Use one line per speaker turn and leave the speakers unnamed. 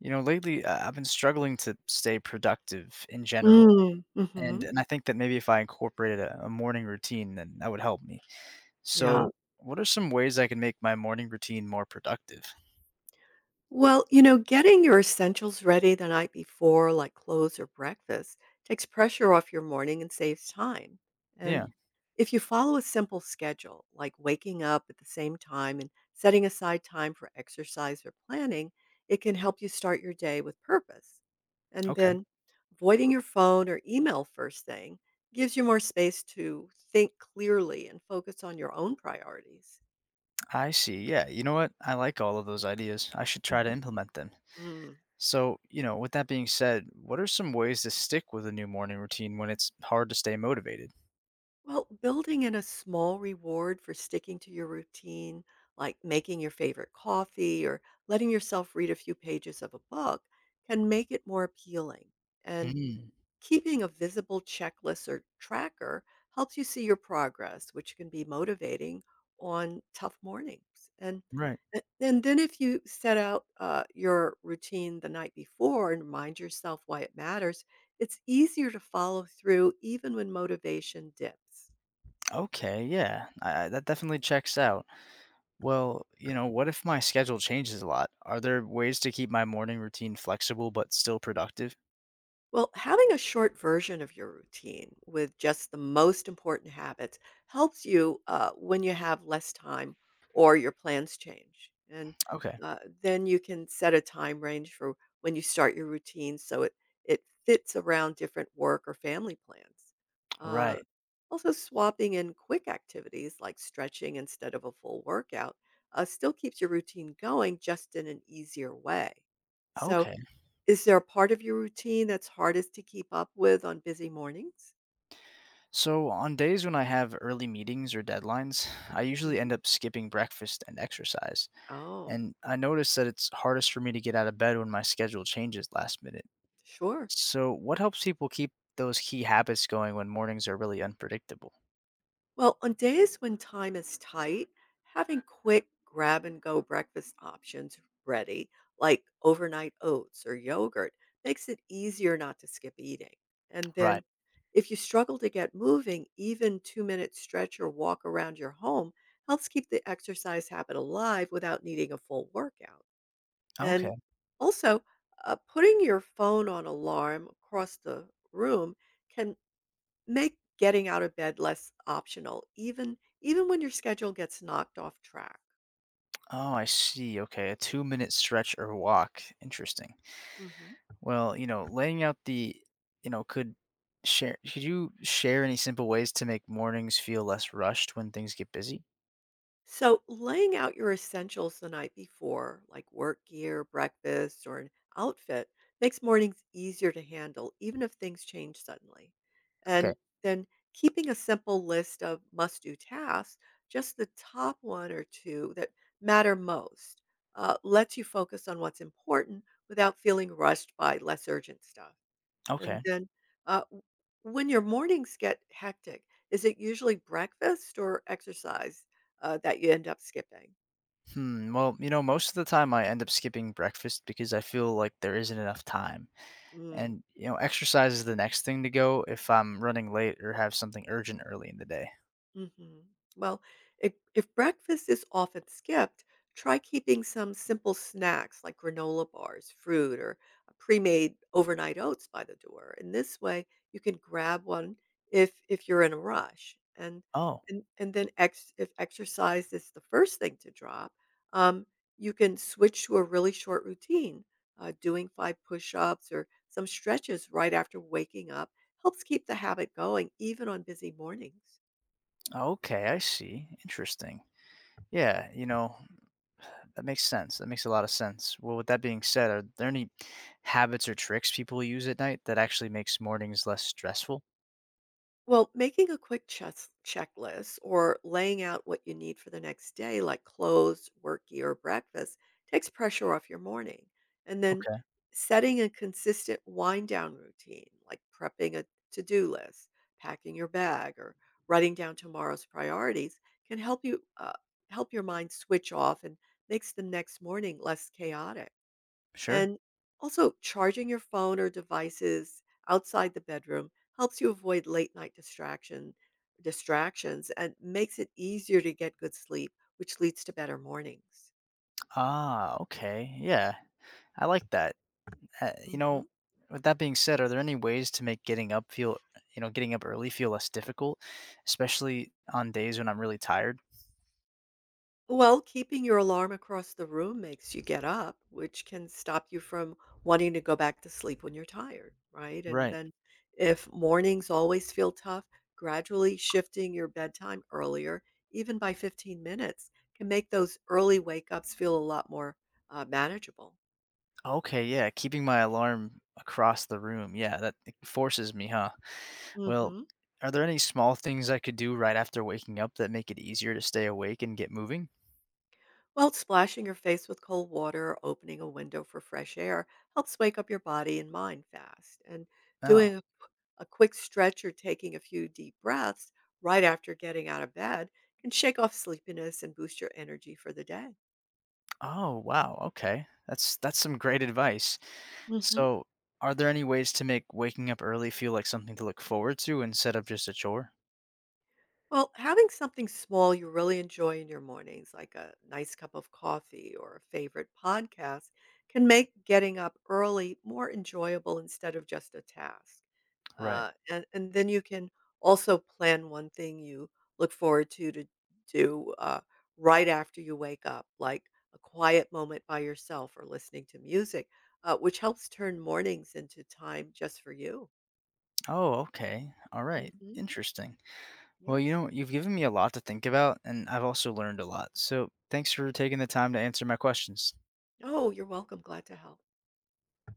You know, lately I've been struggling to stay productive in general,
Mm,
and
mhm,
and I think that maybe if I incorporated a morning routine, then that would help me.
yeah.
So, what are some ways I can make my morning routine more productive?
Well, getting your essentials ready the night before, like clothes or breakfast, takes pressure off your morning and saves time. And
Yeah.
if you follow a simple schedule, like waking up at the same time and setting aside time for exercise or planning, it can help you start your day with purpose. And
Okay.
then avoiding your phone or email first thing gives you more space to think clearly and focus on your own priorities.
I see. Yeah. You know what? I like all of those ideas. I should try to
Mhm.
implement them.
Mm.
So, you know, with that being said, what are some ways to stick with a new morning routine when it's hard to stay motivated?
Well, building in a small reward for sticking to your routine, like making your favorite coffee or letting yourself read a few pages of a book, can make it more appealing. And
Mm,
keeping a visible checklist or tracker helps you see your progress, which can be motivating on tough mornings. And
right.
and then if you set out your routine the night before and remind yourself why it matters, it's easier to follow through even when motivation dips.
Okay. Yeah. That definitely checks out. Well, you know, what if my schedule changes a lot? Are there ways to keep my morning routine flexible but still productive?
Well, having a short version of your routine with just the most important habits helps you when you have less time or your plans change. And
Okay.
uh, then you can set a time range for when you start your routine so it fits around different work or family plans. Uh,
Right.
also, swapping in quick activities like stretching instead of a full workout still keeps your routine going just in an easier way. So,
Okay.
is there a part of your routine that's hardest to keep up with on busy mornings?
So, on days when I have early meetings or deadlines, I usually
Mhm.
end up skipping breakfast and exercise.
Oh,
And I noticed that it's hardest for me to get out of bed when my schedule changes last minute.
sure.
So, what helps people keep those key habits going when mornings are really unpredictable?
Well, on days when time is tight, having quick grab and go breakfast options ready, like overnight oats or yogurt, makes it easier not to skip eating. And
Right.
then if you struggle to get moving, even 2-minute stretch or walk around your home helps keep the exercise habit alive without needing a full workout.
Okay.
And also, putting your phone on alarm across the room can make getting out of bed less optional, even when your schedule gets knocked off track.
Oh, I see. Okay. A 2 minute stretch or walk. Interesting.
Mhm.
Well, you know, laying out the, could share, could you share any simple ways to make mornings feel less rushed when things get busy?
So, laying out your essentials the night before, like work gear, breakfast, or an outfit, makes mornings easier to handle, even if things change suddenly.
Okay.
And then keeping a simple list of must do tasks, just the top one or two that matter most, lets you focus on what's important without feeling rushed by less urgent stuff. And
Okay.
then, w when your mornings get hectic, is it usually breakfast or exercise, that you end up skipping?
Hmm. Well, you know, most of the time I end up skipping breakfast because I feel like there isn't enough time.
Mm.
And, you know, exercise is the next thing to go if I'm running late or have something urgent early in the day.
Mhm. Well, if breakfast is often skipped, try keeping some simple snacks like granola bars, fruit, or a pre-made overnight oats by the door. And this way, you can grab one if you're in a rush. And
Oh,
and and then ex- if exercise is the first thing to drop, um, you can switch to a really short routine. Doing five push-ups or some stretches right after waking up helps keep the habit going, even on busy mornings.
okay, I see. Interesting. Yeah, you know, that makes sense. That makes a lot of sense. Well, with that being said, are there any habits or tricks people use at night that actually makes mornings less stressful?
Well, making a quick chess checklist or laying out what you need for the next day, like clothes, work gear, breakfast, takes pressure off your morning. And then
Okay,
setting a consistent wind down routine, like prepping a to do list, packing your bag, or writing down tomorrow's priorities, can help your mind switch off and makes the next morning less chaotic.
sure.
And also, charging your phone or devices outside the bedroom helps you avoid late night distractions and makes it easier to get good sleep, which leads to better mornings.
Ah, okay. Yeah, I like that. Uh, you know,
Mhm.
with that being said, are there any ways to make getting up feel, you know, getting up early feel less difficult, especially on days when I'm really tired?
Well, keeping your alarm across the room makes you get up, which can stop you from wanting to go back to sleep when you're tired, right? And
Right.
then if mornings always feel tough, gradually shifting your bedtime earlier, even by 15 minutes, can make those early wake ups feel a lot more manageable.
Okay, yeah, keeping my alarm across the room. Yeah, that it forces me, huh? Well,
Hmm.
are there any small things I could do right after waking up that make it easier to stay awake and get moving?
Well, splashing your face with cold water or opening a window for fresh air helps wake up your body and mind fast. And
Oh.
doing a quick stretch or taking a few deep breaths right after getting out of bed can shake off sleepiness and boost your energy for the day.
Oh, wow. Okay. That's some great advice. So, are there any ways to make waking up early feel like something to look forward to instead of just a chore?
Well, having something small you really enjoy in your mornings, like a nice cup of coffee or a favorite podcast, can make getting up early more enjoyable instead of just a task.
Right.
And then you can also plan one thing you look forward to do right after you wake up, like a quiet moment by yourself or listening to music, which helps turn mornings into time just for you.
Oh, okay. All right.
Hmm.
Interesting.
Yeah.
Well, you know, you've given me a lot to think about, and I've also learned a lot. So, thanks for taking the time to answer my questions.
Oh, you're welcome. Glad to help.